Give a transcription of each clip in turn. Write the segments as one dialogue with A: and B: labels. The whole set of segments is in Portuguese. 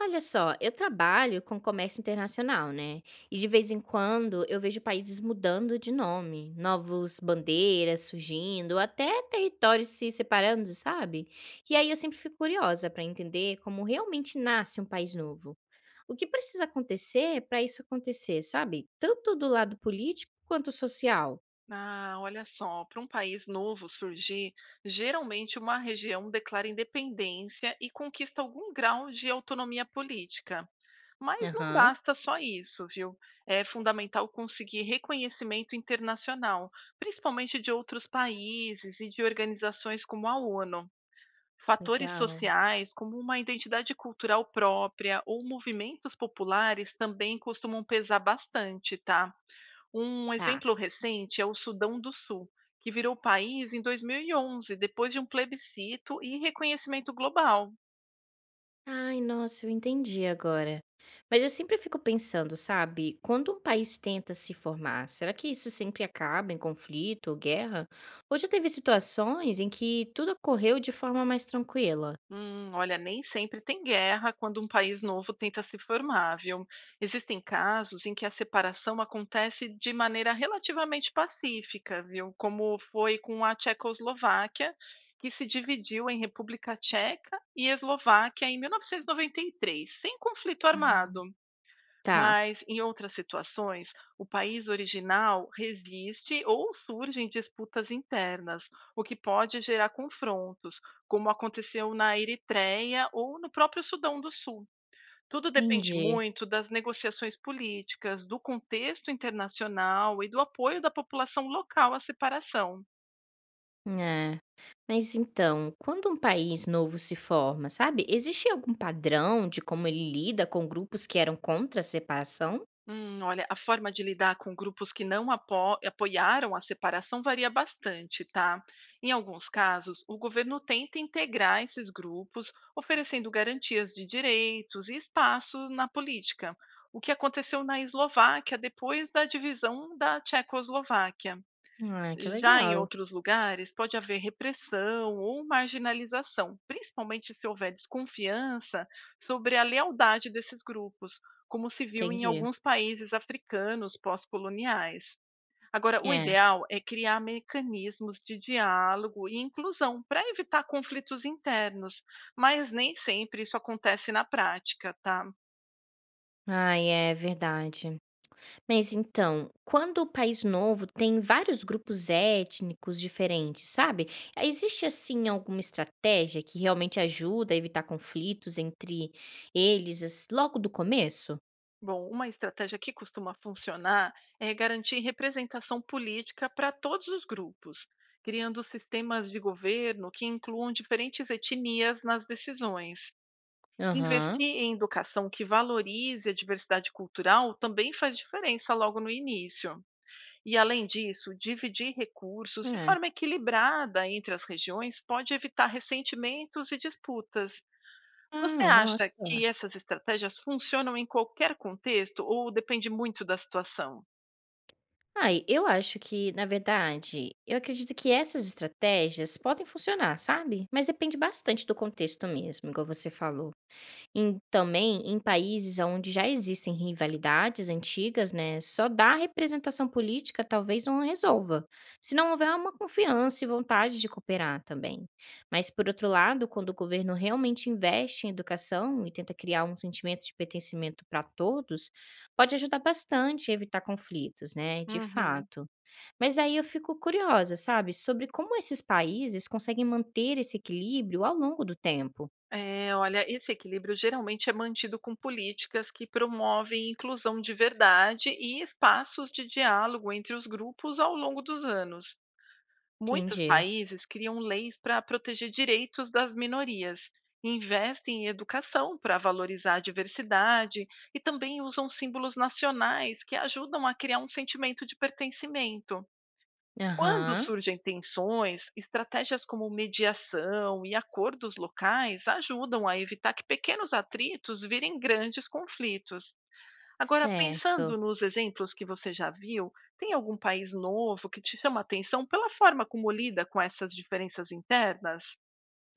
A: Olha só, eu trabalho com comércio internacional, né? E de vez em quando eu vejo países mudando de nome, novos bandeiras surgindo, até territórios se separando, sabe? E aí eu sempre fico curiosa para entender como realmente nasce um país novo. O que precisa acontecer para isso acontecer, sabe? Tanto do lado político quanto social.
B: Ah, olha só, para um país novo surgir, geralmente uma região declara independência e conquista algum grau de autonomia política. Mas não
A: Aham,
B: basta só isso, viu? É fundamental conseguir reconhecimento internacional, principalmente de outros países e de organizações como a ONU. Fatores
A: legal.
B: sociais, como uma identidade cultural própria ou movimentos populares, também costumam pesar bastante, tá? Um
A: Tá.
B: exemplo recente é o Sudão do Sul, que virou país em 2011, depois de um plebiscito e reconhecimento global.
A: Ai, nossa, eu entendi agora. Mas eu sempre fico pensando, sabe, quando um país tenta se formar, será que isso sempre acaba em conflito ou guerra? Ou já teve situações em que tudo ocorreu de forma mais tranquila?
B: Olha, nem sempre tem guerra quando um país novo tenta se formar, viu? Existem casos em que a separação acontece de maneira relativamente pacífica, viu? Como foi com a Tchecoslováquia, que se dividiu em República Tcheca e Eslováquia em 1993, sem conflito
A: Ah,
B: armado.
A: tá,
B: Mas, em outras situações, o país original resiste ou surgem disputas internas, o que pode gerar confrontos, como aconteceu na Eritreia ou no próprio Sudão do Sul. Tudo depende
A: entendi.
B: muito das negociações políticas, do contexto internacional e do apoio da população local à separação.
A: É. Mas então, quando um país novo se forma, sabe, existe algum padrão de como ele lida com grupos que eram contra a separação?
B: Olha, a forma de lidar com grupos que não apoiaram a separação varia bastante, tá? Em alguns casos, o governo tenta integrar esses grupos, oferecendo garantias de direitos e espaço na política, o que aconteceu na Eslováquia depois da divisão da Tchecoslováquia.
A: Ah, que
B: Já em
A: legal.
B: outros lugares, pode haver repressão ou marginalização, principalmente se houver desconfiança sobre a lealdade desses grupos, como se viu em
A: Entendi.
B: alguns países africanos pós-coloniais. Agora, o
A: É.
B: ideal é criar mecanismos de diálogo e inclusão para evitar conflitos internos, mas nem sempre isso acontece na prática, tá?
A: Ai, é verdade. Mas então, quando o país novo tem vários grupos étnicos diferentes, sabe? Ah, existe assim alguma estratégia que realmente ajuda a evitar conflitos entre eles logo do começo?
B: Bom, uma estratégia que costuma funcionar é garantir representação política para todos os grupos, criando sistemas de governo que incluam diferentes etnias nas decisões.
A: Aham.
B: Investir em educação que valorize a diversidade cultural também faz diferença logo no início. E, além disso, dividir recursos de
A: É.
B: forma equilibrada entre as regiões pode evitar ressentimentos e disputas. Você
A: Ah,
B: acha que
A: nossa.
B: essas estratégias funcionam em qualquer contexto ou depende muito da situação?
A: Ai, eu acho que, na verdade, eu acredito que essas estratégias podem funcionar, sabe? Mas depende bastante do contexto mesmo, igual você falou. Em também em países aonde já existem rivalidades antigas, né, só dar representação política talvez não resolva, se não houver uma confiança e vontade de cooperar também. Mas por outro lado, quando o governo realmente investe em educação e tenta criar um sentimento de pertencimento para todos, pode ajudar bastante a evitar conflitos, né, de
B: Uhum.
A: fato. Mas aí eu fico curiosa, sabe, sobre como esses países conseguem manter esse equilíbrio ao longo do tempo.
B: É, olha, esse equilíbrio geralmente é mantido com políticas que promovem inclusão de verdade e espaços de diálogo entre os grupos ao longo dos anos. Muitos
A: Entendi.
B: países criam leis para proteger direitos das minorias, investem em educação para valorizar a diversidade e também usam símbolos nacionais que ajudam a criar um sentimento de pertencimento. Quando
A: Aham.
B: surgem tensões, estratégias como mediação e acordos locais ajudam a evitar que pequenos atritos virem grandes conflitos. Agora, pensando
A: Certo.
B: nos exemplos que você já viu, tem algum país novo que te chama a atenção pela forma como lida com essas diferenças internas?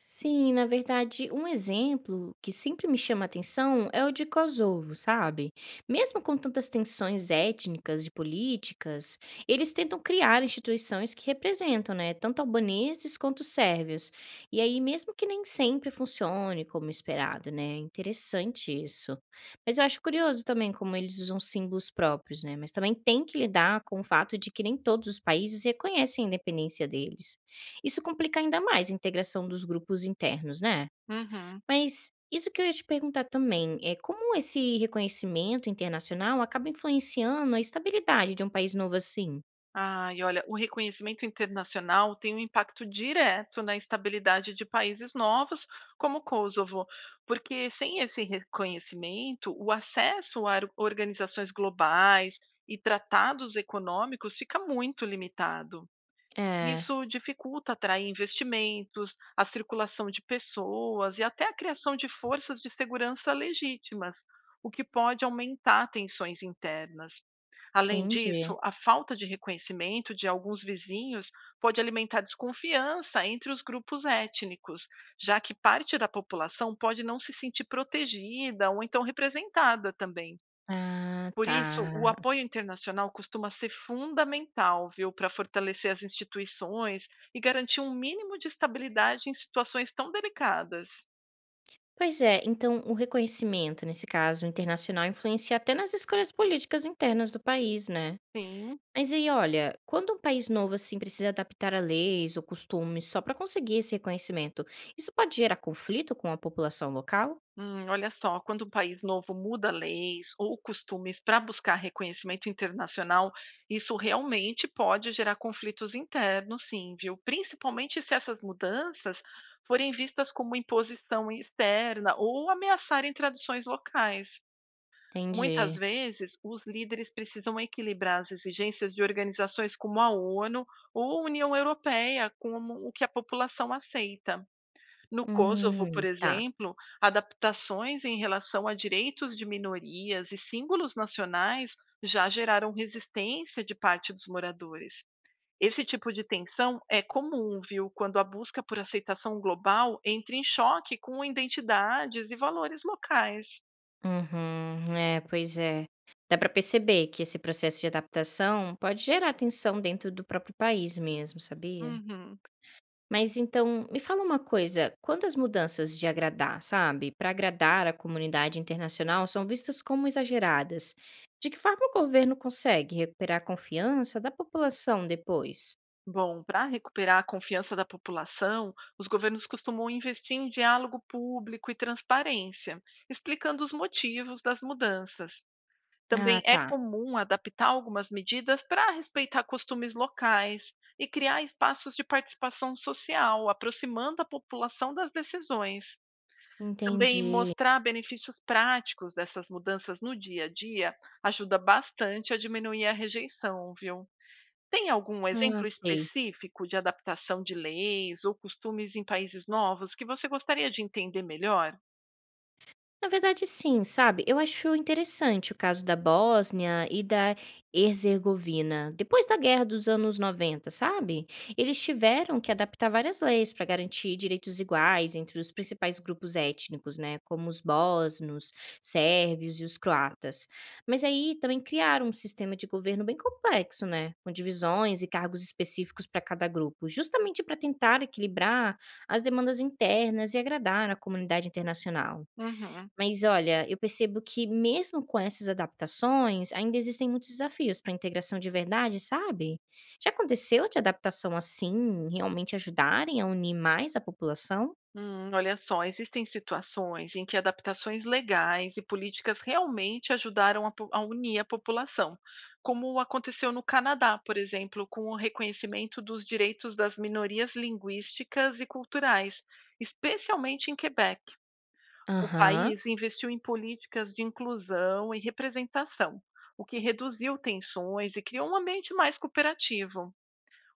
A: Sim, na verdade, um exemplo que sempre me chama atenção é o de Kosovo, sabe? Mesmo com tantas tensões étnicas e políticas, eles tentam criar instituições que representam, né, tanto albaneses quanto sérvios. E aí, mesmo que nem sempre funcione como esperado, né? Interessante isso. Mas eu acho curioso também como eles usam símbolos próprios, né? Mas também tem que lidar com o fato de que nem todos os países reconhecem a independência deles. Isso complica ainda mais a integração dos grupos internos, né?
B: Uhum.
A: Mas isso que eu ia te perguntar também é como esse reconhecimento internacional acaba influenciando a estabilidade de um país novo assim?
B: E olha, o reconhecimento internacional tem um impacto direto na estabilidade de países novos, como o Kosovo, porque sem esse reconhecimento, o acesso a organizações globais e tratados econômicos fica muito limitado.
A: É,
B: Isso dificulta atrair investimentos, a circulação de pessoas e até a criação de forças de segurança legítimas, o que pode aumentar tensões internas. Além disso,
A: entendi.
B: a falta de reconhecimento de alguns vizinhos pode alimentar desconfiança entre os grupos étnicos, já que parte da população pode não se sentir protegida ou então representada também.
A: Ah,
B: Por
A: tá.
B: isso, o apoio internacional costuma ser fundamental, viu, para fortalecer as instituições e garantir um mínimo de estabilidade em situações tão delicadas.
A: Pois é, então o reconhecimento, nesse caso, internacional, influencia até nas escolhas políticas internas do país, né?
B: Sim.
A: Mas aí, olha, quando um país novo assim precisa adaptar a leis ou costumes só para conseguir esse reconhecimento, isso pode gerar conflito com a população local?
B: Olha só, quando um país novo muda leis ou costumes para buscar reconhecimento internacional, isso realmente pode gerar conflitos internos, sim, viu? Principalmente se essas mudanças forem vistas como imposição externa ou ameaçarem tradições locais. Muitas
A: Entendi.
B: vezes, os líderes precisam equilibrar as exigências de organizações como a ONU ou a União Europeia com o que a população aceita. No Kosovo, por
A: Tá.
B: exemplo, adaptações em relação a direitos de minorias e símbolos nacionais já geraram resistência de parte dos moradores. Esse tipo de tensão é comum, viu, quando a busca por aceitação global entra em choque com identidades e valores locais.
A: Uhum. É, pois é. Dá para perceber que esse processo de adaptação pode gerar tensão dentro do próprio país mesmo, sabia?
B: Uhum.
A: Mas então, me fala uma coisa, quando as mudanças de agradar, sabe, para agradar a comunidade internacional são vistas como exageradas, de que forma o governo consegue recuperar a confiança da população depois?
B: Bom, para recuperar a confiança da população, os governos costumam investir em diálogo público e transparência, explicando os motivos das mudanças.
A: Ah,
B: Também é
A: tá.
B: comum adaptar algumas medidas para respeitar costumes locais e criar espaços de participação social, aproximando a população das decisões. Também
A: Entendi.
B: mostrar benefícios práticos dessas mudanças no dia a dia ajuda bastante a diminuir a rejeição, viu? Tem algum
A: Ah,
B: exemplo
A: sei.
B: específico de adaptação de leis ou costumes em países novos que você gostaria de entender melhor?
A: Na verdade, sim, sabe. Eu acho interessante o caso da Bósnia e da Herzegovina. Depois da guerra dos anos 90, sabe, eles tiveram que adaptar várias leis para garantir direitos iguais entre os principais grupos étnicos, né, como os bósnios, sérvios e os croatas. Mas aí também criaram um sistema de governo bem complexo, né, com divisões e cargos específicos para cada grupo, justamente para tentar equilibrar as demandas internas e agradar a comunidade internacional.
B: Uhum.
A: Mas olha, eu percebo que mesmo com essas adaptações, ainda existem muitos desafios para a integração de verdade, sabe? Já aconteceu de adaptação assim realmente ajudarem a unir mais a população?
B: Olha só, existem situações em que adaptações legais e políticas realmente ajudaram a, a unir a população, como aconteceu no Canadá, por exemplo, com o reconhecimento dos direitos das minorias linguísticas e culturais, especialmente em Quebec. O
A: Aham,
B: país investiu em políticas de inclusão e representação, o que reduziu tensões e criou um ambiente mais cooperativo.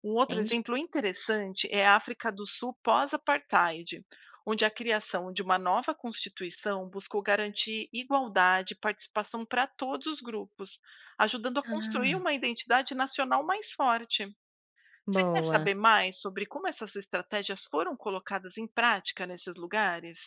B: Um outro
A: entendi.
B: exemplo interessante é a África do Sul pós-apartheid, onde a criação de uma nova constituição buscou garantir igualdade e participação para todos os grupos, ajudando a
A: Ah,
B: construir uma identidade nacional mais forte. Você quer
A: boa.
B: saber mais sobre como essas estratégias foram colocadas em prática nesses lugares?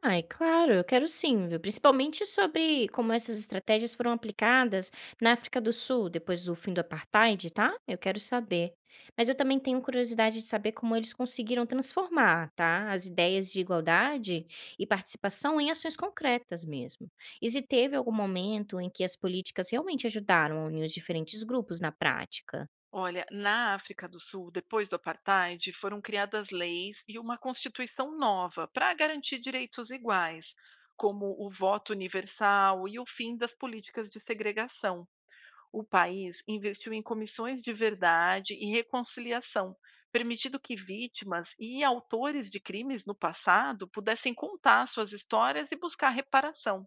A: Ai, claro, eu quero sim, viu. Principalmente sobre como essas estratégias foram aplicadas na África do Sul depois do fim do apartheid, tá? Eu quero saber. Mas eu também tenho curiosidade de saber como eles conseguiram transformar, tá? As ideias de igualdade e participação em ações concretas mesmo. E se teve algum momento em que as políticas realmente ajudaram a unir os diferentes grupos na prática?
B: Olha, na África do Sul, depois do apartheid, foram criadas leis e uma constituição nova para garantir direitos iguais, como o voto universal e o fim das políticas de segregação. O país investiu em comissões de verdade e reconciliação, permitindo que vítimas e autores de crimes no passado pudessem contar suas histórias e buscar reparação.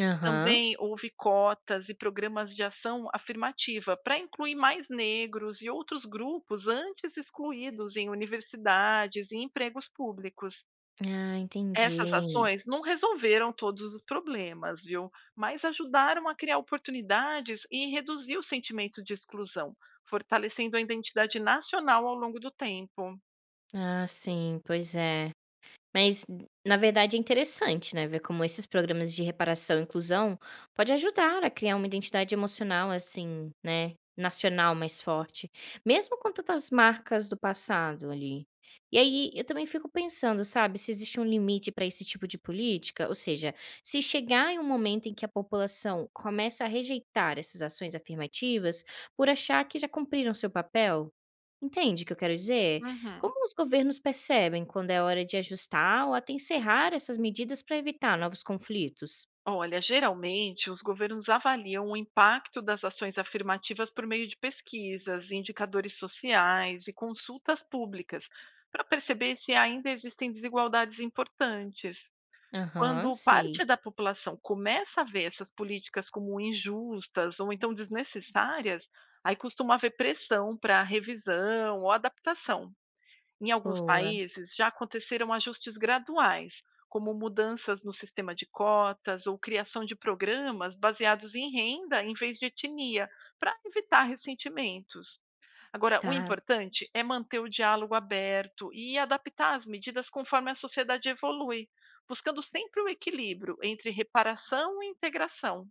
A: Aham.
B: Também houve cotas e programas de ação afirmativa para incluir mais negros e outros grupos antes excluídos em universidades e empregos públicos.
A: Ah,
B: Essas
A: entendi.
B: ações não resolveram todos os problemas, viu? Mas ajudaram a criar oportunidades e reduzir o sentimento de exclusão, fortalecendo a identidade nacional ao longo do tempo.
A: Ah, sim, pois é. Mas, na verdade, é interessante, né, ver como esses programas de reparação e inclusão pode ajudar a criar uma identidade emocional, assim, né, nacional mais forte, mesmo com tantas marcas do passado ali. E aí eu também fico pensando, sabe, se existe um limite para esse tipo de política, ou seja, se chegar em um momento em que a população começa a rejeitar essas ações afirmativas por achar que já cumpriram seu papel. Entende o que eu quero dizer?
B: Uhum.
A: Como os governos percebem quando é hora de ajustar ou até encerrar essas medidas para evitar novos conflitos?
B: Olha, geralmente os governos avaliam o impacto das ações afirmativas por meio de pesquisas, indicadores sociais e consultas públicas, para perceber se ainda existem desigualdades importantes.
A: Aham,
B: Quando
A: sei.
B: parte da população começa a ver essas políticas como injustas ou então desnecessárias, aí costuma haver pressão para revisão ou adaptação. Em alguns
A: Boa,
B: países, já aconteceram ajustes graduais, como mudanças no sistema de cotas ou criação de programas baseados em renda em vez de etnia, para evitar ressentimentos. Agora, o
A: tá.
B: importante é manter o diálogo aberto e adaptar as medidas conforme a sociedade evolui, buscando sempre o equilíbrio entre reparação e integração.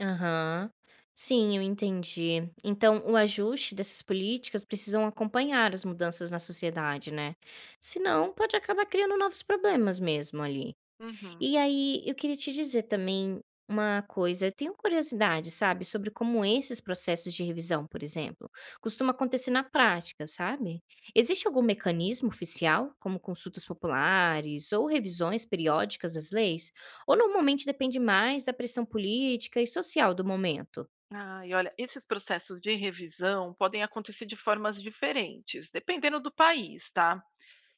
A: Aham. Sim, eu entendi. Então, o ajuste dessas políticas precisam acompanhar as mudanças na sociedade, né? Senão, pode acabar criando novos problemas mesmo ali.
B: Uhum.
A: E aí, eu queria te dizer também uma coisa, eu tenho curiosidade, sabe, sobre como esses processos de revisão, por exemplo, costuma acontecer na prática, sabe? Existe algum mecanismo oficial, como consultas populares ou revisões periódicas das leis? Ou normalmente depende mais da pressão política e social do momento?
B: Ah, e olha, esses processos de revisão podem acontecer de formas diferentes, dependendo do país, tá?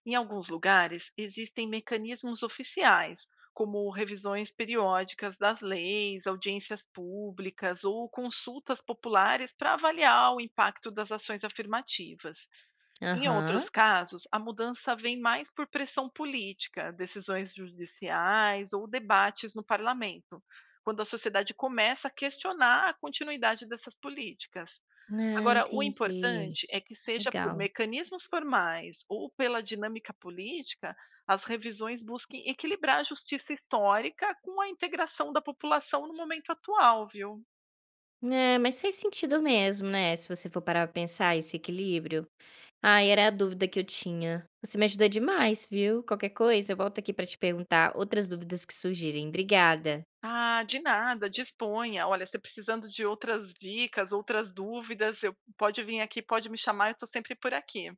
B: Em alguns lugares, existem mecanismos oficiais, como revisões periódicas das leis, audiências públicas ou consultas populares para avaliar o impacto das ações afirmativas. Em outros
A: Aham.
B: casos, a mudança vem mais por pressão política, decisões judiciais ou debates no parlamento, quando a sociedade começa a questionar a continuidade dessas políticas.
A: Ah,
B: Agora, o
A: entendi.
B: importante é que seja por
A: Legal.
B: mecanismos formais ou pela dinâmica política, as revisões busquem equilibrar a justiça histórica com a integração da população no momento atual, viu?
A: É, mas faz sentido mesmo, né? Se você for parar pra pensar esse equilíbrio. Ai, era a dúvida que eu tinha. Você me ajudou demais, viu? Qualquer coisa, eu volto aqui para te perguntar outras dúvidas que surgirem. Obrigada.
B: Ah, de nada, disponha. Olha, se precisando de outras dicas, outras dúvidas, eu, pode vir aqui, pode me chamar, eu estou sempre por aqui.